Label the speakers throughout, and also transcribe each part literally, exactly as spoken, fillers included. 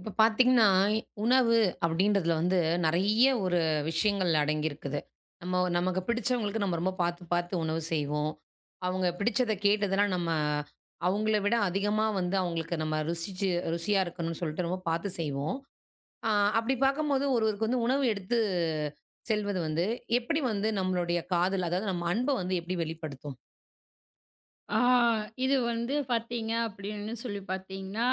Speaker 1: இப்ப பார்த்தீங்கன்னா, உணவு அப்படின்றதுல வந்து நெறைய ஒரு விஷயங்கள் அடங்கியிருக்குது. நம்ம நமக்கு பிடிச்சவங்களுக்கு நம்ம ரொம்ப பார்த்து, பார்த்து உணவு செய்வோம். அவங்க பிடிச்சத கேட்டதெல்லாம் நம்ம அவங்கள விட அதிகமா வந்து அவங்களுக்கு நம்ம ருசிச்சு ருசியா இருக்கணும்னு சொல்லிட்டு ரொம்ப பார்த்து செய்வோம். ஆ, அப்படி பார்க்கும்போது ஒருவருக்கு வந்து உணவு எடுத்து செல்வது வந்து எப்படி வந்து நம்மளுடைய காதல், அதாவது நம்ம அன்ப வந்து எப்படி வெளிப்படுத்தும்?
Speaker 2: ஆ இது வந்து பார்த்தீங்க அப்படின்னு சொல்லி பார்த்தீங்கன்னா,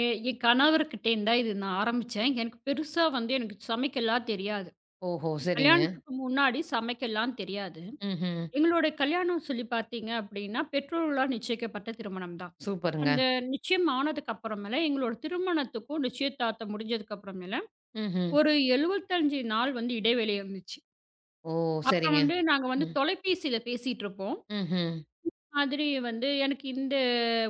Speaker 2: எ என் கணவர்கிட்டேருந்து தான் இது நான் ஆரம்பிச்சேன். எனக்கு பெருசா வந்து எனக்கு சமைக்கலாம் தெரியாது.
Speaker 1: ஓஹோ! சரிங்க.
Speaker 2: கல்யாணத்துக்கு முன்னாடி சமைக்கலாம் தெரியாது.
Speaker 1: ம்ஹ்ம்.
Speaker 2: எங்களுடைய கல்யாணம் சொல்லி பார்த்தீங்க அப்படின்னா, பெற்றோர்களால் நிச்சயிக்கப்பட்ட திருமணம் தான்.
Speaker 1: சூப்பருங்க.
Speaker 2: அந்த நிச்சயம் ஆனதுக்கு அப்புறமேல எங்களோட திருமணத்துக்கும் நிச்சயதார்த்தம் முடிஞ்சதுக்கு அப்புறமேல
Speaker 1: ம்ஹ்ம்.
Speaker 2: ஒரு எழுபத்தி ஐந்து நாள் வந்து இடைவெளி இருந்துச்சு.
Speaker 1: ஓ!
Speaker 2: அப்ப
Speaker 1: சரிங்க.
Speaker 2: வந்து நாங்க வந்து
Speaker 1: ம்.
Speaker 2: தொலைபேசியில பேசிட்டு இருப்போம்.
Speaker 1: ம்ஹ்ம்.
Speaker 2: மாதிரி வந்து எனக்கு இந்த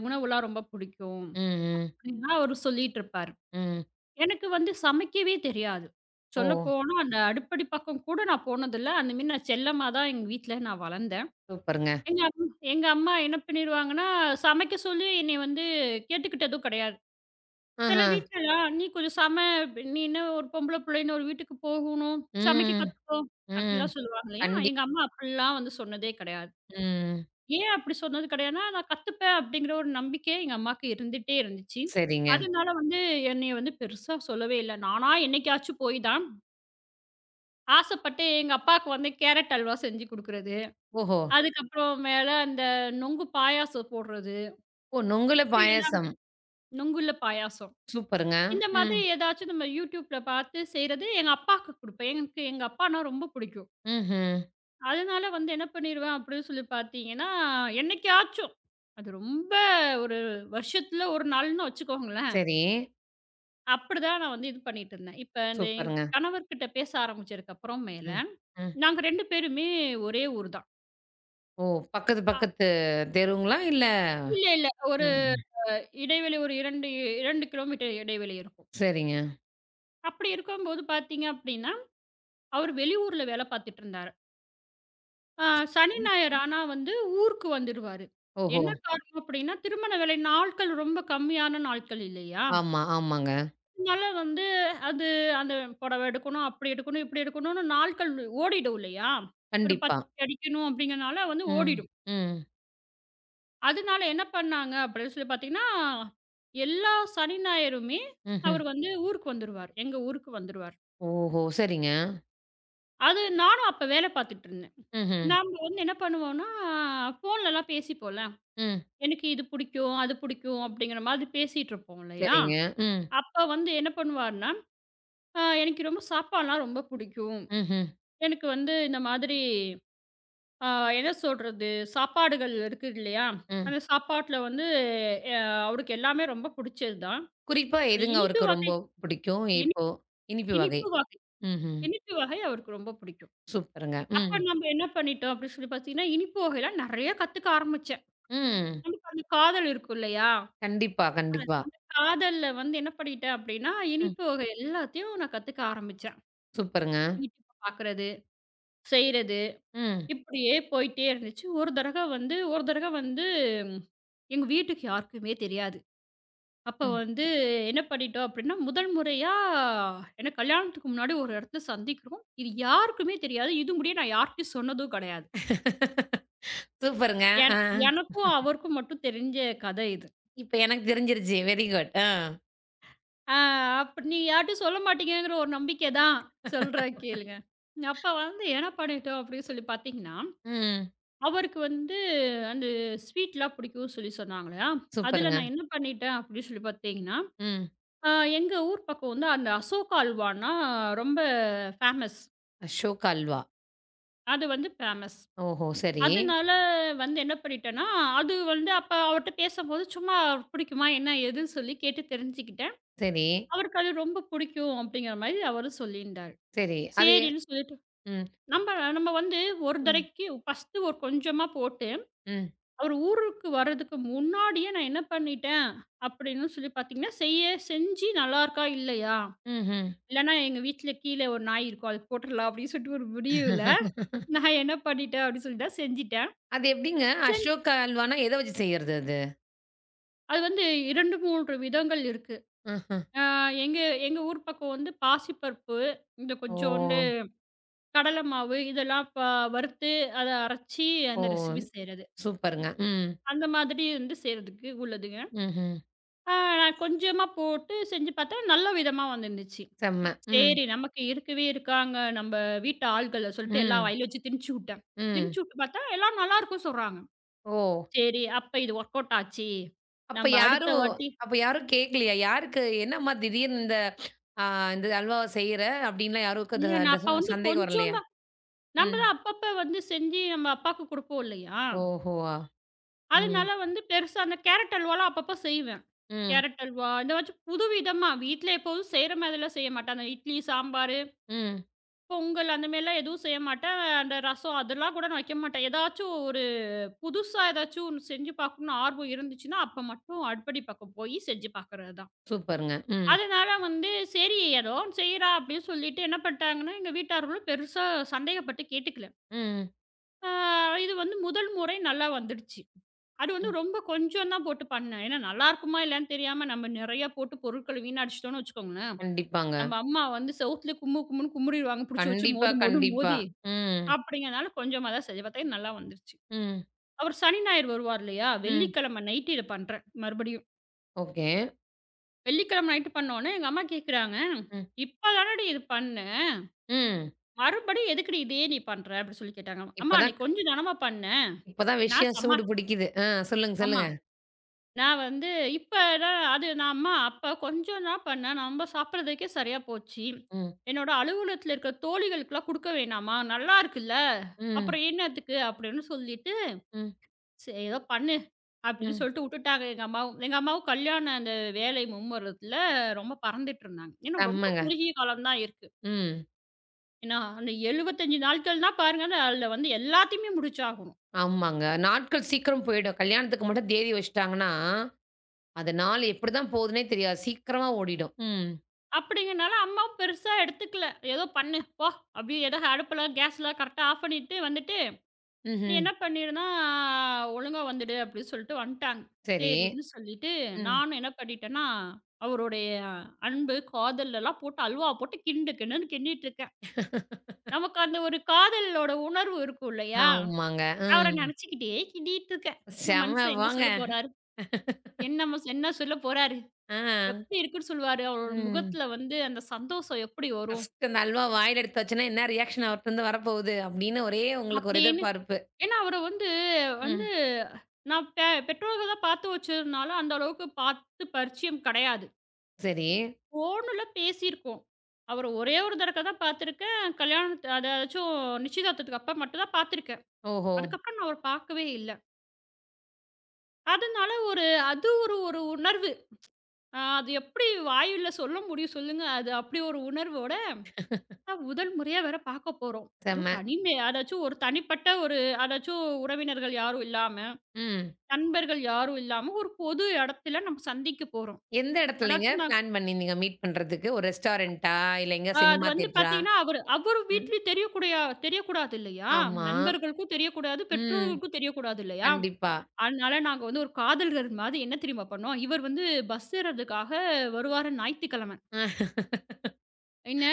Speaker 2: உணவுலாம் ரொம்ப பிடிக்கும்.
Speaker 1: ம், ம்,
Speaker 2: அப்டின்லாம் அவரு சொல்லிட்டுருப்பாரு.
Speaker 1: ம்.
Speaker 2: எனக்கு வந்து சமைக்கவே தெரியாது.
Speaker 1: ஓ!
Speaker 2: சொல்லப்போனா அந்த அடுப்படி பக்கம் கூட நான் போனதில்ல. அந்த மாரி நான் செல்லமா தான் எங்க வீட்ல நான் வளர்ந்தேன்.
Speaker 1: சூப்பருங்க.
Speaker 2: எங்க அம் எங்க அம்மா என்ன பண்ணிருவாங்கன்னா, சமைக்க சொல்லி என்னைய வந்து கேட்டுக்கிட்டதும் கிடையாது. சில
Speaker 1: ஆஹா.
Speaker 2: வீட்லலாம் "நீ கொஞ்சம் சம நீ என்ன ஒரு பொம்பள புள்ளைன்னு ஒரு வீட்டுக்கு போகணும், சமைக்க
Speaker 1: ம்.
Speaker 2: கத்துக்கோ"
Speaker 1: ம்.
Speaker 2: அப்டிலாம் சொல்லுவாங்க இல்லையா?
Speaker 1: கண்டி
Speaker 2: எங்க அம்மா அப்டிலாம் வந்து சொன்னதே கிடையாது.
Speaker 1: ம்.
Speaker 2: ஏன் அப்படி சொன்னது கிடையாதுன்னா, நான் கத்துப்பேன் அப்படிங்கிற ஒரு நம்பிக்கை எங்க அம்மாக்கு இருந்துட்டே இருந்துச்சு.
Speaker 1: சரிங்க.
Speaker 2: அதனால வந்து என்னைய வந்து பெருசா சொல்லவே இல்ல. நானா என்னைக்காச்சும் போய் தான் ஆசைப்பட்டு எங்க அப்பாக்கு வந்து கேரட் அல்வா செஞ்சு குடுக்குறது.
Speaker 1: ஓஹோ!
Speaker 2: அதுக்கப்புறம் மேல அந்த நொங்கு பாயாசம் போடுறது.
Speaker 1: ஓ! நொங்குல
Speaker 2: இப்படியெல்லாம்
Speaker 1: பாயாசம்.
Speaker 2: நொங்குல்ல பாயாசம்.
Speaker 1: சூப்பருங்க.
Speaker 2: இந்த
Speaker 1: ம்.
Speaker 2: மாதிரி ஏதாச்சும் நம்ம YouTubeல பார்த்து செய்றது எங்க அப்பாக்கு குடுப்பேன். எனக்கு எங்க அப்பான்னா ரொம்ப பிடிக்கும்.
Speaker 1: ம்ஹ்ம்.
Speaker 2: அதனால வந்து என்ன பண்ணிருவேன் அப்படின்னு சொல்லி பார்த்தீங்கன்னா, என்னைக்காச்சும், அது ரொம்ப ஒரு வருஷத்துல ஒரு நாள்ன்னு வச்சுக்கோங்களேன்.
Speaker 1: சரி.
Speaker 2: அப்படிதான் நான் வந்து இது பண்ணிட்டு இருந்தேன். இப்ப இந்த என்
Speaker 1: சூப்பருங்க.
Speaker 2: கணவர்கிட்ட பேச ஆரம்பிச்சதுக்கு அப்புறம் மேல,
Speaker 1: ம். ம்.
Speaker 2: நாங்க இரண்டு பேருமே ஒரே ஊர் தான்.
Speaker 1: ஓ! பக்கத்து
Speaker 2: அ
Speaker 1: பக்கத்து தெருவுங்களா? இல்ல
Speaker 2: இல்ல, இல்ல.
Speaker 1: ம்.
Speaker 2: ஒரு
Speaker 1: ம்.
Speaker 2: அ இடைவெளி ஒரு இரண்டு இரண்டு கிலோமீட்டர் இடைவெளி இருக்கும்.
Speaker 1: சரிங்க.
Speaker 2: அப்படி இருக்கும்போது பார்த்தீங்க அப்படின்னா, அவர் வெளியூர்ல வேலை பார்த்துட்டு இருந்தாரு. ஆ சனி, ஞாயிறு ஆனா வந்து ஊருக்கு வந்துடுவாரு.
Speaker 1: ஓஹோ!
Speaker 2: என்ன காரணம் அப்படின்னா, திருமண வேலை நாட்கள் ரொம்ப கம்மியான நாட்கள் இல்லையா?
Speaker 1: ஆமா, ஆமாங்க.
Speaker 2: அதனால வந்து அது அந்த புடவை எடுக்கணும், அப்படி எடுக்கணும், இப்படி எடுக்கணும்னு நாட்கள் ஓடிடும் இல்லையா? ஒரு
Speaker 1: கண்டிப்பா.
Speaker 2: பத்திரிக்கை அடிக்கணும் அப்படிங்கிறனால வந்து
Speaker 1: ம்.
Speaker 2: ஓடிடும்.
Speaker 1: ம்.
Speaker 2: அதனால என்ன பண்ணாங்க அப்படின்னு சொல்லி பார்த்தீங்கன்னா, எல்லா சனி, ஞாயிறுமே
Speaker 1: ம்ஹ்ம்.
Speaker 2: அவர் வந்து ஊருக்கு வந்துருவார். எங்க ஊருக்கு வந்துருவார்.
Speaker 1: ஓஹோ! சரிங்க.
Speaker 2: அது நானும் அப்ப வேலை பார்த்துட்டு இருந்தேன்.
Speaker 1: ம்ஹ்ம்.
Speaker 2: நாம வந்து என்ன பண்ணுவோம்னா, ஃபோன்லலாம் பேசிப்போம்ல.
Speaker 1: ம்.
Speaker 2: எனக்கு இது பிடிக்கும், அது பிடிக்கும் அப்படிங்கிற மாதிரி பேசிட்டு இருப்போம் இல்லையா?
Speaker 1: சரிங்க. ம்.
Speaker 2: அப்ப வந்து என்ன பண்ணுவாருன்னா, அ எனக்கு ரொம்ப சாப்பாடுலாம் ரொம்ப பிடிக்கும்.
Speaker 1: ம்ஹ்ம்.
Speaker 2: எனக்கு வந்து இந்த மாதிரி அ என்ன சொல்றது? சாப்பாடுகள் இருக்கு இல்லையா?
Speaker 1: ம்.
Speaker 2: அந்த சாப்பாட்டுல வந்து அ அவருக்கு எல்லாமே ரொம்ப பிடிச்சது தான்.
Speaker 1: குறிப்பா
Speaker 2: அந்த
Speaker 1: எதுங்க
Speaker 2: இனிப்பு
Speaker 1: அவருக்கு ரொம்ப
Speaker 2: வகை
Speaker 1: பிடிக்கும்
Speaker 2: இனி
Speaker 1: இப்போ? இனிப்பு வகை.
Speaker 2: இனிப்பு வகை
Speaker 1: ம்ஹ்ம்.
Speaker 2: இனிப்பு வகை அவருக்கு ரொம்ப பிடிக்கும்.
Speaker 1: சூப்பருங்க. ம்.
Speaker 2: அப்ப நம்ம என்ன பண்ணிட்டோம் அப்படின்னு சொல்லி பார்த்தீங்கன்னா, இனிப்பு வகைலாம் நெறைய கத்துக்க ஆரம்பிச்சேன்.
Speaker 1: ம்.
Speaker 2: நமக்கு அந்த காதல் இருக்கும் இல்லையா?
Speaker 1: கண்டிப்பா, கண்டிப்பா.
Speaker 2: காதல்ல வந்து என்ன பண்ணிட்டேன் அப்படின்னா,
Speaker 1: ம்.
Speaker 2: இனிப்பு வகை எல்லாத்தையும் நான் கத்துக்க ஆரம்பிச்சேன்.
Speaker 1: சூப்பருங்க.
Speaker 2: யூடியூப் பாக்குறது, செய்றது,
Speaker 1: ம்.
Speaker 2: இப்படியே போயிட்டே இருந்துச்சு. ஒரு தடவ வந்து ஒரு தடவ வந்து ம், எங்க வீட்டுக்கு யாருக்குமே தெரியாது. அப்ப
Speaker 1: ம்.
Speaker 2: வந்து என்ன பண்ணிட்டோம் அப்படின்னா, முதல் முறையா ஏன்னா கல்யாணத்துக்கு முன்னாடி ஒரு இடத்துல சந்திக்கிறோம். இது யாருக்குமே தெரியாது. இது முடிய நான் யார்கிட்டயும் சொன்னதும் கிடையாது.
Speaker 1: சூப்பருங்க. ஆ.
Speaker 2: என எனக்கும் அவருக்கும் மட்டும் தெரிஞ்ச கதை இது.
Speaker 1: இப்ப எனக்கு தெரிஞ்சிருச்சு. Very good. ஆ.
Speaker 2: ஆ அப்ப நீ யார்ட்டயும் சொல்ல மாட்டீங்கங்கிற ஒரு நம்பிக்கை தான் சொல்றேன் கேளுங்க. அப்ப வந்து என்ன பண்ணிட்டோம் அப்படின்னு சொல்லி பார்த்தீங்கன்னா,
Speaker 1: ம்.
Speaker 2: அவருக்கு வந்து அந்த ஸ்வீட்லாம் பிடிக்கும்னு சொல்லி சொன்னாங்களா, அதுல
Speaker 1: சூப்பருங்க.
Speaker 2: நான் என்ன பண்ணிட்டேன் அப்படின்னு சொல்லி பார்த்தீங்கன்னா,
Speaker 1: ம்.
Speaker 2: அ எங்க ஊர் பக்கம் வந்து அந்த அசோகா அல்வான்னா ரொம்ப ஃபேமஸ்.
Speaker 1: அசோகா அல்வா.
Speaker 2: அது வந்து ஃபேமஸ்.
Speaker 1: ஓஹோ! சரி,
Speaker 2: அதனால வந்து என்ன பண்ணிட்டேன்னா, அது வந்து அப்ப அவர்ட்ட பேசும்போது சும்மா அவருக்கு பிடிக்குமா என்ன ஏதுன்னு சொல்லி கேட்டு தெரிஞ்சுக்கிட்டேன்.
Speaker 1: சரி,
Speaker 2: அவருக்கு அது ரொம்ப பிடிக்கும் அப்படிங்கிற மாரி அவரும் சொல்லியிருந்தாரு.
Speaker 1: சரி. அது எ
Speaker 2: சரின்னு சொல்லிட்டு
Speaker 1: ம்.
Speaker 2: நம்ம நம்ம வந்து ஒரு
Speaker 1: ம்.
Speaker 2: தடவைக்கு ஃபர்ஸ்ட்டு ஒரு கொஞ்சமா போட்டு,
Speaker 1: ம்.
Speaker 2: அவரு ஊருக்கு வர்றதுக்கு முன்னாடியே நான் என்ன பண்ணிட்டேன் அப்படின்னு சொல்லி பார்த்தீங்கன்னா, செய்ய செஞ்சு நல்லாருக்கா? இல்லையா?
Speaker 1: ம்ஹ்ம்.
Speaker 2: இல்லன்னா எங்க வீட்ல கீழ ஒரு நாய் இருக்கும். அதுக்கு போட்டுறலாம் அப்படின்னு சொல்லிட்டு ஒரு முடிவுல, நான் என்ன பண்ணிட்டேன் அப்படின்னு சொல்லிட்டா செஞ்சுட்டேன்.
Speaker 1: அது எப்படிங்க? அசோகா அல்வானா எத வச்சு செய்யறது அது?
Speaker 2: அது வந்து இரண்டு, மூன்று விதங்கள் இருக்கு.
Speaker 1: ம்ஹ்ம்.
Speaker 2: ஆ எங்க எங்க ஊர் பக்கம் வந்து பாசிப்பருப்பு, இந்த
Speaker 1: ஓ!
Speaker 2: கொஞ்சோண்டு கடலை மாவு இதெல்லாம் ப வறுத்து, அத அரைச்சு
Speaker 1: ஓ!
Speaker 2: அந்த ரெசிபி செய்றது.
Speaker 1: சூப்பருங்க. ம்.
Speaker 2: அந்த மாதிரி வந்து செய்றதுக்கு உள்ளதுங்க.
Speaker 1: ம்ஹ்ம்.
Speaker 2: ஆ நான் கொஞ்சமா போட்டு செஞ்சு பார்த்தேன். நல்ல விதமா வந்துருந்துச்சு.
Speaker 1: செம்ம. ம்.
Speaker 2: சரி நமக்கு இருக்கவே இருக்காங்க நம்ம வீட்டு ஆள்கள சொல்லிட்டு எல்லா
Speaker 1: ம்.
Speaker 2: வயல்ல வச்சு திணிச்சு விட்டேன்.
Speaker 1: ம்.
Speaker 2: திணிச்சு விட்டு பார்த்தா எல்லாரும் நல்லாருக்கும் சொல்றாங்க.
Speaker 1: ஓ!
Speaker 2: சரி அப்ப இது ஒர்க் அவுட் ஆச்சு.
Speaker 1: அப்ப
Speaker 2: நம்ம அடுத்த
Speaker 1: யாரும்
Speaker 2: வாட்டி
Speaker 1: அப்ப யாரும் கேட்கலையா? யாருக்கு என்னம்மா திடீர்னு இந்த அ இந்த அல்வாவ செய்ற அப்டின்லாம் யாருக்கும் த
Speaker 2: இல்ல நான்
Speaker 1: ட
Speaker 2: அப்ப வந்து
Speaker 1: சந்தேகம்
Speaker 2: கொஞ்சம்
Speaker 1: வரலையா?
Speaker 2: தான் நம்ம
Speaker 1: ம்.
Speaker 2: தான் அப்பப்ப வந்து செஞ்சு நம்ம அப்பாக்கு குடுப்போம் இல்லையா?
Speaker 1: ஓஹோ! ஆ. ம்.
Speaker 2: அதனால வந்து பெருசா அந்த கேரட் அல்வாலாம் அப்பப்ப செய்வேன்.
Speaker 1: ம்.
Speaker 2: கேரட் அல்வா இந்த மாச்சும் புதுவிதமா வீட்ல எப்போதும் செய்ற மாதிரிலாம் செய்ய மாட்டேன். அந்த இட்லி, சாம்பார்
Speaker 1: ம்.
Speaker 2: பொங்கல் அந்த மாரிலாம் எதுவும் செய்ய மாட்டேன். அந்த ரசம் அதெல்லாம் கூட நான் வைக்க மாட்டேன். ஏதாச்சும் ஒரு புதுசா ஏதாச்சும் ஒண்ணு செஞ்சு பார்க்கணும்னு ஆர்வம் இருந்துச்சுன்னா, அப்ப மட்டும் அடுப்படி பக்கம் போய் செஞ்சு பார்க்குறது தான்.
Speaker 1: சூப்பருங்க. ம்.
Speaker 2: அதனால வந்து சரி ஏதோ ஒண்ணு செய்றா அப்படின்னு சொல்லிட்டு என்ன பண்ணிட்டாங்கன்னா, எங்க வீட்டார்களும் பெருசா சந்தேகப்பட்டு கேட்டுக்கல.
Speaker 1: ம்.
Speaker 2: ஆ இது வந்து முதல் முறை நல்லா வந்துடுச்சு. அது வந்து
Speaker 1: ம்.
Speaker 2: ரொம்ப கொஞ்சம் தான் போட்டு பண்ணேன். ஏன்னா நல்லாருக்குமா இல்லையான்னு தெரியாம நம்ம நெறைய போட்டு பொருட்கள வீணடிச்சுட்டோம்னு வச்சுக்கோங்களேன்,
Speaker 1: கண்டிப்பாங்க.
Speaker 2: நம்ம அம்மா வந்து செவுத்துல கும்மு கும்முன்னு குமுறிடுவாங்க புடிச்சு வச்சு
Speaker 1: கண்டிப்பா,
Speaker 2: மோது மோதுன்னு
Speaker 1: கண்டிப்பா.
Speaker 2: மோதி
Speaker 1: ம்.
Speaker 2: அப்படிங்கிறனால கொஞ்சமா தான் செஞ்சேன். பாத்தா நல்லா வந்துருச்சு.
Speaker 1: ம்.
Speaker 2: அவர் சனி, ஞாயிறு வருவார் இல்லையா?
Speaker 1: ம்.
Speaker 2: வெள்ளிக்கிழமை நைட்டு இத பண்றேன் மறுபடியும்.
Speaker 1: ஓகே.
Speaker 2: வெள்ளிக்கிழமை நைட்டு பண்ணோனே எங்க அம்மா கேட்குறாங்க,
Speaker 1: ம்.
Speaker 2: "இப்ப தானடி இது பண்ண,
Speaker 1: ம்.
Speaker 2: மறுபடியும் எதுக்குடி இதே நீ பண்ற?" அப்படி சொல்லி கேட்டாங்க.
Speaker 1: இப்ப
Speaker 2: "அம்மா
Speaker 1: தான்
Speaker 2: அன்னைக்கு
Speaker 1: க
Speaker 2: கொஞ்சம் தானம்மா பண்ணேன்.
Speaker 1: இப்ப தான்
Speaker 2: நான்
Speaker 1: விஷயம்
Speaker 2: சமா"
Speaker 1: சூடு பிடிக்குது. ஆ, சொல்லுங்க,
Speaker 2: ஆமா.
Speaker 1: சொல்லுங்க.
Speaker 2: நான் வந்து "இப்ப தான் அது நான் அம்மா அப்ப கொஞ்சம் தான் பண்ணேன். நம்ம சாப்பிடுறதுக்கே சரியா போச்சு.
Speaker 1: ம்.
Speaker 2: என்னோட அலுவலகத்துல இருக்கிற தோழிகளுக்கெல்லாம் குடுக்க வேணாமா? நல்லா இருக்குல்ல.
Speaker 1: ம்.
Speaker 2: அப்புறம் என்னத்துக்கு?" அப்படின்னு சொல்லிட்டு
Speaker 1: ம்.
Speaker 2: சரி ஏதோ பண்ணு அப்படின்னு
Speaker 1: ம்.
Speaker 2: சொல்லிட்டு விட்டுட்டாங்க எங்க அம்மாவும். எங்க அம்மாவும் கல்யாணம் அந்த வேலை மும்முரத்துல ரொம்ப பறந்துட்டு இருந்தாங்க. ஏன்னா ரொம்ப
Speaker 1: செம்மங்க.
Speaker 2: குறுகிய காலம் தான் இருக்கு.
Speaker 1: ம்.
Speaker 2: ஏன்னா அந்த எழுபத்தி ஐந்து நாட்கள்னா பாருங்க அதுல வந்து எல்லாத்தையுமே முடிச்சாகணும்.
Speaker 1: ஆமாங்க. நாட்கள் சீக்கிரம் போயிடும். கல்யாணத்துக்கு மட்டும் தேதி வச்சுட்டாங்கன்னா, அது நாள் எப்படிதான் போகுதுன்னே தெரியாது. சீக்கிரமா ஓடிடும். ம்.
Speaker 2: அப்படிங்கிறனால அம்மாவும் பெருசா எடுத்துக்கல. ஏதோ பண்ணு போ அப்படி ஏதோ அடுப்பெல்லாம் கேஸ்லாம் கரெக்டா ஆஃப் பண்ணிட்டு வந்துட்டு நீ
Speaker 1: ம்ஹ்ம்.
Speaker 2: என்ன பண்ணிடுனா ஒழுங்கா வந்துடு அப்படின்னு சொல்லிட்டு வந்துட்டாங்க.
Speaker 1: சரி.
Speaker 2: சரின்னு சொல்லிட்டு
Speaker 1: ம்.
Speaker 2: நானும் என்ன பண்ணிட்டேன்னா அவருடைய அன்பு காதல் எல்லாம் போட்டு அல்வா போட்டு கிண்டு கிண்டுன்னு கிண்டிட்டு இருக்கேன். நமக்கு அந்த ஒரு காதலோட உணர்வு இருக்கும் இல்லையா?
Speaker 1: ஆமாங்க.
Speaker 2: அவர
Speaker 1: ம்.
Speaker 2: நெனச்சுக்கிட்டே கிண்டிட்டுருக்கேன். இந்த
Speaker 1: செம்ம
Speaker 2: மனுஷன் என்ன
Speaker 1: போங்க.
Speaker 2: சொல்ல போறாரு? என்னம என்ன சொல்ல போறாரு?
Speaker 1: ஆ.
Speaker 2: எப்டி இருக்குன்னு சொல்லுவாரு? அவரோட
Speaker 1: ம்.
Speaker 2: முகத்துல வந்து அந்த சந்தோஷம் எப்டி வரும்?
Speaker 1: ஃபர்ஸ்ட் அந்த அல்வா வாயில எடுத்து வச்சோனே, என்ன ரியாக்ஷன் அவர்ட்டருந்து வரப்போகுது? அப்படின்னு ஒரே உங்களுக்கு ஒரு
Speaker 2: அப்டின்னு.
Speaker 1: எதிர்பார்ப்பு.
Speaker 2: ஏன்னா அவர வந்து வந்து
Speaker 1: ம்.
Speaker 2: நான் பெ பெற்றோர்கள பாத்து வச்சதுனால அந்த அளவுக்கு பாத்து பரிச்சயம் கெடையாது.
Speaker 1: சரி.
Speaker 2: ஃபோன்ல பேசியிருக்கோம். அவர ஒரே ஒரு தடக்க தான் பாத்துருக்கேன். கல்யாணத்து அதாச்சும் நிச்சயதார்த்தத்துக்கு அப்ப மட்டும் தான் பாத்துருக்கேன்.
Speaker 1: ஓஹோ!
Speaker 2: அதுக்கப்புறம் நான் அவர பாக்கவே இல்ல. அதனால ஒரு அது ஒரு ஒரு உணர்வு. அ அது எப்படி வாயில சொல்ல முடியும் சொல்லுங்க? அது அப்படி ஒரு உணர்வோட முதல் முறையா வேற பார்க்க போறோம். அதுவும்
Speaker 1: செம்ம.
Speaker 2: தனிமை அதாச்சும் ஒரு தனிப்பட்ட ஒரு அதாச்சும் உறவினர்கள் யாரும் இல்லாம,
Speaker 1: ம்.
Speaker 2: நண்பர்கள் யாரும் இல்லாம ஒரு பொது இடத்துல நம்ம சந்திக்க போறோம்.
Speaker 1: எந்த இடத்துலங்க
Speaker 2: அதாச்சும் நான்
Speaker 1: பிளான் பண்ணியிருந்தீங்க மீட் பண்றதுக்கு? ஒரு ரெஸ்டாரண்ட்டா? இல்ல எங்க
Speaker 2: அ அது
Speaker 1: சினிமா
Speaker 2: வந்து
Speaker 1: தியேட்டரா?
Speaker 2: பார்த்தீங்கன்னா, அவரு அவரு
Speaker 1: ம்.
Speaker 2: வீட்லயும் தெரியக்கூடிய தெரியக்கூடாது இல்லையா?
Speaker 1: ஆமா.
Speaker 2: நண்பர்களுக்கும் தெரியக்கூடாது,
Speaker 1: ம்.
Speaker 2: பெற்றோர்களுக்கும் தெரியக்கூடாது இல்லையா?
Speaker 1: கண்டிப்பா.
Speaker 2: அதனால நாங்க வந்து ஒரு காதலர்கள் மாரி என்ன தெரியுமா பண்ணோம்? இவர் வந்து பஸ் ஏறதுக்காக வருவாரு ஞாயித்துக்கிழம.
Speaker 1: அ.
Speaker 2: என்ன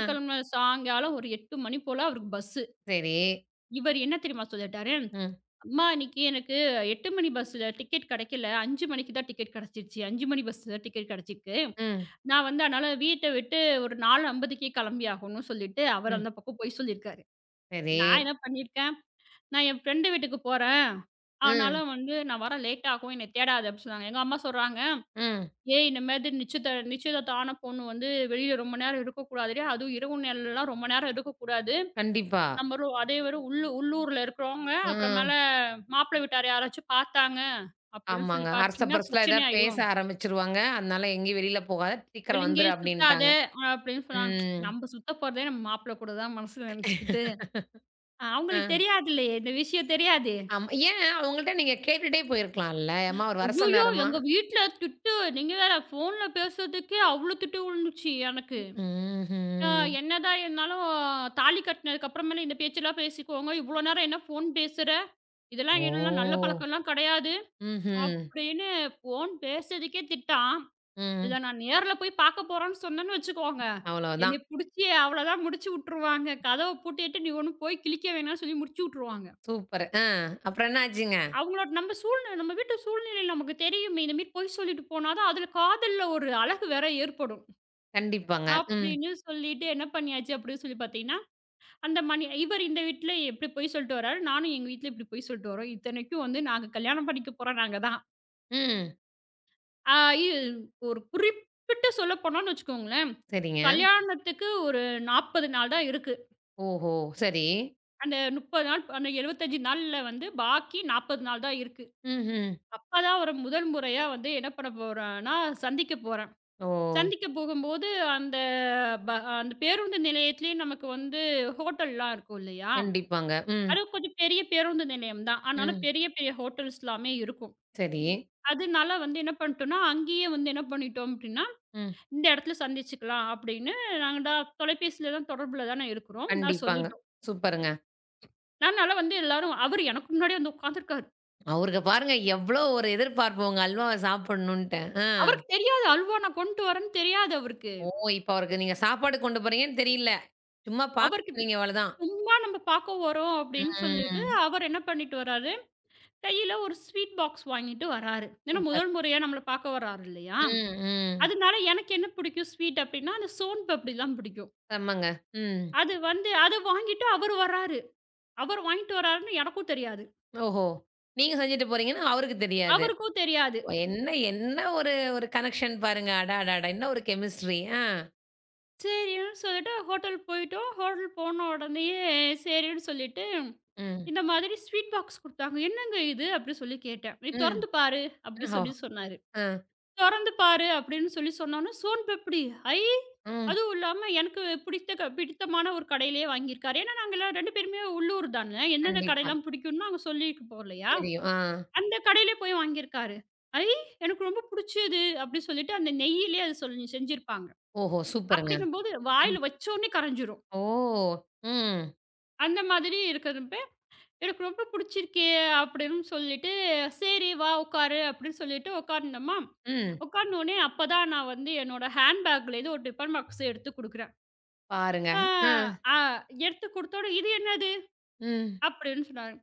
Speaker 1: ஆ.
Speaker 2: சாயங்காலம் ஒரு எட்டு மணி போல அவருக்கு பஸ்ஸு.
Speaker 1: சரி.
Speaker 2: இவரு என்ன தெரியுமா சொல்லிட்டாரு?
Speaker 1: ம்.
Speaker 2: "அம்மா இன்னைக்கு எனக்கு எட்டு மணி பஸ்ல டிக்கெட் கிடைக்கல. ஐந்து மணிக்கு தான் டிக்கெட் கிடைச்சிருச்சு. ஐந்து மணி பஸ் தான் டிக்கெட் கிடைச்சிருக்கு.
Speaker 1: ம்.
Speaker 2: நான் வந்து அதனால வீட்ட விட்டு ஒரு 4:50க்கே கிளம்பி ஆகணும்னு" சொல்லிட்டு அவர்
Speaker 1: ம்.
Speaker 2: அந்த பக்கம் போய் சொல்லியிருக்காரு.
Speaker 1: சரி.
Speaker 2: நான் என்ன பண்ணியிருக்கேன், "நான் என் ஃப்ரெண்டு வீட்டுக்கு போறேன். அதனால
Speaker 1: ம்.
Speaker 2: வந்து நான் வரேன் லேட் ஆகும். என்னை தேடாத" அப்படி சொன்னாங்க. எங்க அம்மா சொல்றாங்க,
Speaker 1: ம்.
Speaker 2: "ஏய் இந்த மாதிரி நிச்சயத நிச்சயதார்த்தம் ஆன பொண்ணு வந்து வெளியில ரொம்ப நேரம் இருக்கக்கூடாதுடி. அதுவும் இரவு நேரம்லாம் ரொம்ப நேரம் இருக்கக்கூடாது."
Speaker 1: கண்டிப்பா.
Speaker 2: நம்ம ரூ அதே வெறும் உள்ளு உள்ளூர்ல இருக்கிறவங்க, அப்புறமேல
Speaker 1: ம்.
Speaker 2: மாப்பிள வீட்டார் யாராச்சும் பார்த்தாங்க அப்படின்னு சொல்லி
Speaker 1: ஆமாங்க. அரச
Speaker 2: பார்த்தீங்கன்னா,
Speaker 1: பரசலா
Speaker 2: பிரச்சனை
Speaker 1: ஏதாவது பேச
Speaker 2: ஆயிடும்.
Speaker 1: ஆரம்பிச்சுருவாங்க. அதனால எங்கேயும் வெளியில போகாத. சீக்கிரம் வந்துரு
Speaker 2: "எங்கேயே சுத்தாத"
Speaker 1: அப்டின்ட்டாங்க.
Speaker 2: அப்படின்னு சொன்னாங்க.
Speaker 1: ம்.
Speaker 2: நம்ம சுத்த போறதே நம்ம மாப்பிள கூட தான் மனசுல நினைச்சுக்கிட்டு, அஹ்
Speaker 1: ஆ.
Speaker 2: அவங்களுக்கு தெரியாதுல்லையே, இந்த விஷயம் தெரியாதே.
Speaker 1: ஆமா. ஏன் அவங்கள்ட்ட நீங்க கேட்டுட்டே போயிருக்கலாம்ல. அம்மா அவரு வர
Speaker 2: "ஐயய்யோ!
Speaker 1: சொன்னாருமா?
Speaker 2: எங்க வீட்ல திட்டு, நீங்க வேற ஃபோன்ல பேசுறதுக்கே அவ்ளோ திட்டு விழுந்துச்சு எனக்கு.
Speaker 1: ம்.
Speaker 2: அ
Speaker 1: ம்ஹ்ம்.
Speaker 2: என்னதான் இருந்தாலும் தாலி கட்டினதுக்கு அப்புறமேல இந்த பேச்செல்லாம் பேசிக்கோங்க. இவ்ளோ நேரம் என்ன ஃபோன் பேசுற? இதெல்லாம்
Speaker 1: ஓ!
Speaker 2: என்னலாம் நல்ல பழக்கம்லாம் கிடையாது."
Speaker 1: ம்ஹ்ம்.
Speaker 2: அப்படின்னு ஃபோன் பேசுறதுக்கே திட்டான். இத
Speaker 1: ம்.
Speaker 2: நான் நேர்ல போய் பாக்க போறேன்னு சொன்னேன்னு வச்சுக்கோங்க,
Speaker 1: அவ்வளவுதான்.
Speaker 2: என்னைய புடிச்சு அவ்வளோதான் முடிச்சு விட்டுருவாங்க. கதவ பூட்டிட்டு நீ ஒண்ணும் போய் கிழிக்க வேணாம்னு சொல்லி முடிச்சு விட்டுருவாங்க.
Speaker 1: சூப்பர். ஆ. அப்புறம் என்ன ஆச்சுங்க?
Speaker 2: அவங்களோட நம்ம சூழ்நிலை நம்ம வீட்டு சூழ்நிலை நமக்கு தெரியுமே. இந்த மாரி பொய் சொல்லிட்டு போனா தான் அதுல காதல்ல ஒரு அழகு வேற ஏற்படும்.
Speaker 1: கண்டிப்பாங்க. ம்.
Speaker 2: அப்படின்னு சொல்லிட்டு என்ன பண்ணியாச்சு அப்படின்னு சொல்லி பாத்தீங்கன்னா, அந்த மணி இவர் இந்த வீட்ல இப்படி பொய் சொல்லிட்டு வராரு. நானும் எங்க வீட்ல இப்படி பொய் சொல்லிட்டு வரோம். இத்தனைக்கும் வந்து நாங்க கல்யாணம் பண்ணிக்க போறோம் நாங்க தான்.
Speaker 1: ம்.
Speaker 2: ஆ இ ஒரு குறிப்பிட்டு சொல்லப்போனோம்னு வச்சுக்கோங்களேன்,
Speaker 1: சரிங்க.
Speaker 2: கல்யாணத்துக்கு ஒரு நாற்பது நாள் தான் இருக்கு.
Speaker 1: ஓஹோ! சரி.
Speaker 2: அந்த முப்பது நாள், அந்த எழுபத்தி ஐந்து நாள்ல வந்து பாக்கி நாற்பது நாள் தான் இருக்கு.
Speaker 1: ம்ஹ்ம்.
Speaker 2: அப்பதான் ஒரு முதல் முறையா வந்து என்ன பண்ண போறேன்னா, சந்திக்க போறேன்.
Speaker 1: ஓ!
Speaker 2: சந்திக்க போகும்போது அந்த ப அந்த பேருந்து நிலையத்திலேயே நமக்கு வந்து ஹோட்டல்லாம் இருக்கும் இல்லையா?
Speaker 1: கண்டிப்பாங்க. ம்.
Speaker 2: அது கொஞ்சம் பெரிய பேருந்து நிலையம் தான். அதனால
Speaker 1: ம்.
Speaker 2: பெரிய பெரிய ஹோட்டல்ஸ் எல்லாமே இருக்கும்.
Speaker 1: சரி.
Speaker 2: அதனால வந்து என்ன பண்ணிட்டோம்னா, அங்கேயே வந்து என்ன பண்ணிட்டோம் அப்படின்னா
Speaker 1: ம்.
Speaker 2: இந்த இடத்துல சந்திச்சுக்கலாம் அப்படின்னு நாங்க டா தொலைபேசியில தான் தொடர்புல தானே இருக்கிறோம். நான்
Speaker 1: கண்டிப்பாங்க.
Speaker 2: சொல்லிட்டோம்.
Speaker 1: சூப்பருங்க.
Speaker 2: அதனால வந்து எல்லாரும் அவரு எனக்கு முன்னாடி வந்து உட்காந்துருக்காரு.
Speaker 1: அவருக்கு பாருங்க எவ்வளோ ஒரு எதிர்பார்ப்பு உங்க அல்வாவ சாப்பிடணுன்ட்டு. ஆ.
Speaker 2: அவருக்கு தெரியாது அல்வா நான் கொண்டு வரேன்னு தெரியாது அவருக்கு.
Speaker 1: ஓ! இப்ப அவருக்கு நீங்க சாப்பாடு கொண்டு போறீங்கன்னு தெரியல. சும்மா பார்க்க
Speaker 2: அவருக்கு
Speaker 1: போறீங்க அவ்வளதான்.
Speaker 2: சும்மா நம்ம பார்க்க வரோம் அப்படின்னு சொல்லிட்டு,
Speaker 1: ம்.
Speaker 2: அவர் என்ன பண்ணிட்டு வராரு, கையில ஒரு ஸ்வீட் பாக்ஸ் வாங்கிட்டு வராரு. ஏன்னா
Speaker 1: சூப்பர்.
Speaker 2: முதல் முறையா நம்மள பார்க்க வராரு இல்லையா?
Speaker 1: ம். ம்.
Speaker 2: அதனால எனக்கு என்ன பிடிக்கும் ஸ்வீட் அப்படின்னா, அந்த சோன் பப்டி தான் பிடிக்கும்.
Speaker 1: செம்மங்க. ம்.
Speaker 2: அது வந்து அத வாங்கிட்டு அவரு வராரு. அவர் வாங்கிட்டு வராருன்னு எனக்கும் தெரியாது.
Speaker 1: ஓஹோ! நீங்க செஞ்சுட்டு போறீங்கன்னா, அவருக்கு தெரியாது.
Speaker 2: அவருக்கும் தெரியாது.
Speaker 1: என்ன என்ன ஒரு ஒரு கனெக்ஷன் பாருங்க. அடடடா! என்ன ஒரு கெமிஸ்ட்ரி. ஆ.
Speaker 2: சரின்னு சொல்லிட்டு ஹோட்டல் போயிட்டோம். ஹோட்டல் போன உடனேயே சரின்னு சொல்லிட்டு,
Speaker 1: ம்.
Speaker 2: இந்த மாதிரி ஸ்வீட் பாக்ஸ் குடுத்தாங்க. "என்னங்க இது?" அப்படி சொல்லி கேட்டேன். "நீ
Speaker 1: ம்.
Speaker 2: தொறந்து பாரு" அப்படி
Speaker 1: ஓஹோ!
Speaker 2: சொல்லி சொன்னாரு.
Speaker 1: ஆ.
Speaker 2: தொறந்து பாரு அப்படின்னு சொல்லி சொன்னோனே, சோன் பப்டி. ஐ!
Speaker 1: ம்.
Speaker 2: அதுவும் இல்லாம எனக்கு பிடித்த க பிடித்தமான ஒரு கடையிலேயே வாங்கியிருக்காரு. ஏன்னா நாங்கலாம் இரண்டு பேருமே உள்ளூர் தான. எந்தெந்த
Speaker 1: கண்டிப்பா.
Speaker 2: கடைலாம் பிடிக்கும்னு நாங்க சொல்லியிருப்போம் இல்லையா?
Speaker 1: தெரியும். ஆ.
Speaker 2: அந்த கடையிலே போய் வாங்கியிருக்காரு. "ஐ! எனக்கு ரொம்ப புடிச்சது" அப்படி சொல்லிட்டு அந்த நெய்யிலேயே அது சொல்லி செஞ்சிருப்பாங்க.
Speaker 1: ஓஹோ! சூப்பருங்க.
Speaker 2: அப்படிங்கும்போது
Speaker 1: ம்.
Speaker 2: வாயில வச்சோனே கரைஞ்சிரும்.
Speaker 1: ஓ! ம்.
Speaker 2: அந்த மாதிரி இருக்கிறப்ப, "எனக்கு ரொம்ப புடிச்சிருக்கே!" அப்படின்னு சொல்லிட்டு, "சரி வா உட்காரு" அப்படின்னு சொல்லிட்டு உட்கார்ந்தோமா,
Speaker 1: ம்.
Speaker 2: உட்கார்ந்தோனே அப்பதான் நான் வந்து என்னோட ஹேண்ட் பேக்லேருந்து ஒரு டிஃபன் பாக்ஸ் எடுத்து குடுக்குறேன்.
Speaker 1: பாருங்க.
Speaker 2: ஆ
Speaker 1: ஆ.
Speaker 2: ஆ எடுத்து குடுத்தோனே, "இது என்னது?"
Speaker 1: ம்.
Speaker 2: அப்படின்னு சொன்னாரு.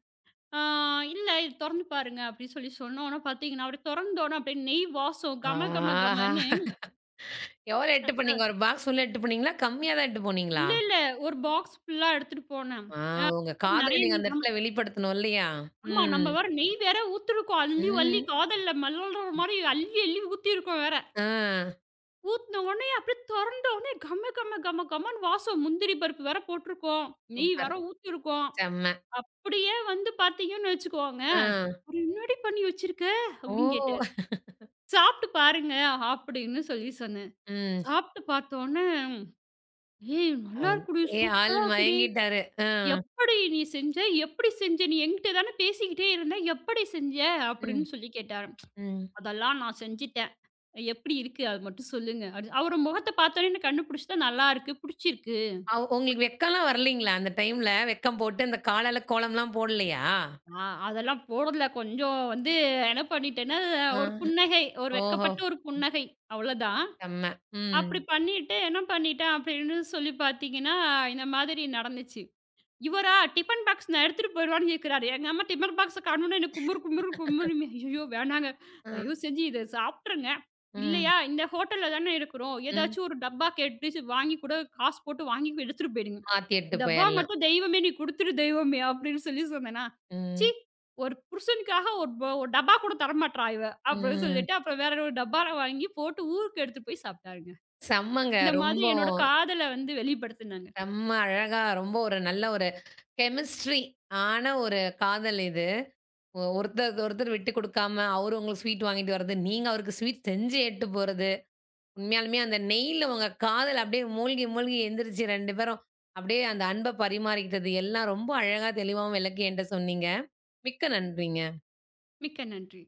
Speaker 2: "ஆ இல்ல இது தொறந்து பாருங்க" அப்படின்னு சொல்லி சொன்னோன பார்த்தீங்கன்னா, அப்படியே தொறந்தோன அப்படியே நெய் வாசம் கம கம
Speaker 1: ஆஹா!
Speaker 2: கமன்னு.
Speaker 1: எவ்வளோ எட்டு பண்ணீங்க? ஒரு பாக்ஸ் ஃபுல்லா எட்டு போனீங்களா? கம்மியா தான் எட்டு போனீங்களா?
Speaker 2: இல்ல, இல்ல ஒரு பாக்ஸ் ஃபுல்லா எடுத்துட்டு போனேன்.
Speaker 1: ஆ, உங்க காதல
Speaker 2: நெறைய
Speaker 1: நீங்க
Speaker 2: நெய்
Speaker 1: அந்த இடத்துல வெளிப்படுத்தணும் இல்லையா?
Speaker 2: ஆமா. நம்ம
Speaker 1: ம்.
Speaker 2: வேற நெய் வேற ஊத்திருக்கோம். அள்ளி வள்ளி
Speaker 1: ம்.
Speaker 2: காதல்ல மலர்ற மாரி அள்ளி அள்ளி ஊத்திருக்கோம் வேற.
Speaker 1: ஆ.
Speaker 2: ஊத்துன உடனே அப்படியே தொறந்த உடனே கம கம கம கமன்னு வாசம். முந்திரி பருப்பு வேற போட்டிருக்கோம். நெய் வேற
Speaker 1: சூப்பர்.
Speaker 2: ஓ. ஊத்திருக்கோம்.
Speaker 1: செம்ம.
Speaker 2: அப்படியே வந்து பார்த்தீங்கன்னு வச்சுக்கோங்க,
Speaker 1: ஆ.
Speaker 2: "அப்புறம் என்னடி பண்ணி வச்சிருக்க?" அப்படின்னு
Speaker 1: ஓ!
Speaker 2: கேட்டாரு. "சாப்பிட்டு பாருங்க" அப்படின்னு சொல்லி சொன்னேன்.
Speaker 1: ம்.
Speaker 2: சாப்பிட்டு பார்த்தோனே, "ஏய் நல்லா
Speaker 1: அவன்
Speaker 2: இருக்குடி,
Speaker 1: ஏ ஆள்
Speaker 2: சூப்பரா இருக்குடி.
Speaker 1: மயங்கிட்டாரு. ஆ.
Speaker 2: எப்படி நீ செஞ்ச? எப்படி செஞ்ச? நீ என்கிட்ட தானே பேசிக்கிட்டே இருந்த. எப்படி செஞ்ச?"
Speaker 1: ம்,
Speaker 2: அப்படின்னு சொல்லி கேட்டாராம்.
Speaker 1: ம்.
Speaker 2: அதெல்லாம் நான் செஞ்சுட்டேன். எப்படி இருக்கு? அது மட்டும் சொல்லுங்க. அப்டி அவரு முகத்த பார்த்தோனே எனக்கு கண்டுபிடிச்சுட்டேன். நல்லாருக்கு, புடிச்சிருக்கு.
Speaker 1: அவ் உங்களுக்கு வெக்கம்லாம் வரலீங்களா? அந்த டைம்ல வெக்கம் போட்டு அந்த காலால கோலம்லாம் போடலையா?
Speaker 2: ஆ அதெல்லாம் போடல. கொஞ்சம் வந்து என்ன பண்ணிட்டேன்னா, ஒரு
Speaker 1: ஆ.
Speaker 2: புன்னகை, ஒரு
Speaker 1: ஓஹோ!
Speaker 2: வெட்கப்பட்ட ஒரு
Speaker 1: ம்.
Speaker 2: புன்னகை. அவ்வளோதான்.
Speaker 1: செம்ம. ம்.
Speaker 2: அப்படி பண்ணிட்டு என்ன பண்ணிட்டேன் அப்படின்னு சொல்லி பார்த்தீங்கன்னா, இந்த மாதிரி நடந்துச்சு. இவரா டிஃபன் பாக்ஸ் நான் எடுத்துட்டு போயிடுவான்னு கேட்கிறாரு. எங்க அம்மா டிஃபன் பாக்ஸ காணோம்னு எனக்கு குமுறு குமுறு குமுறுமே. ஐயய்யோ! வேணாங்க.
Speaker 1: ஆ,
Speaker 2: தயவு செஞ்சு இத சாப்ட்டுருங்க.
Speaker 1: ம்.
Speaker 2: இல்லையா இந்த ஹோட்டல்ல தானே இருக்கிறோம்.
Speaker 1: ம்.
Speaker 2: ஏதாச்சும் ஒரு டப்பா கேட்டு வாங்கி கூட காசு போட்டு வாங்கி எடுத்துட்டு போயிடுங்க.
Speaker 1: மாத்தி எடுத்து
Speaker 2: இந்த டப்பா
Speaker 1: போயிரலாம்.
Speaker 2: மட்டும் தெய்வமே நீ குடுத்துரு தெய்வமே அப்படின்னு சொல்லி சொன்னேனா, ச்சீ!
Speaker 1: ம்.
Speaker 2: ஒரு புருஷனுக்காக ஒரு ப ஒரு டப்பா கூட தரமாட்றா இவ அப்படின்னு
Speaker 1: ம்.
Speaker 2: சொல்லிட்டு அப்புறம் வேற ஒரு டப்பால வாங்கி போட்டு ஊருக்கு எடுத்துட்டு போய் சாப்ட்டாருங்க.
Speaker 1: செம்மங்க.
Speaker 2: இந்த மாதிரி
Speaker 1: ரொம்ப
Speaker 2: என்னோட காதல வந்து வெளிப்படுத்துனேங்க.
Speaker 1: செம்ம அழகா ரொம்ப ஒரு நல்ல ஒரு கெமிஸ்ட்ரி ஆன ஒரு காதல் இது. ஒ ஒருத்தருக்கு ஒருத்தர் விட்டு குடுக்காம, அவரு உங்களுக்கு ஸ்வீட் வாங்கிட்டு வர்றது, நீங்க அவருக்கு ஸ்வீட் செஞ்சு எட்டு போறது. உண்மையாலுமே அந்த நெய்யில உங்க காதல் அப்படியே மூழ்கி, மூழ்கி எந்திரிச்சு ரெண்டு பேரும் அப்படியே அந்த அன்ப பரிமாறிக்கிட்டது எல்லாம் ரொம்ப அழகா தெளிவாவும் விளக்கி என்ட்ட சொன்னீங்க. மிக்க நன்றிங்க.
Speaker 2: மிக்க நன்றி.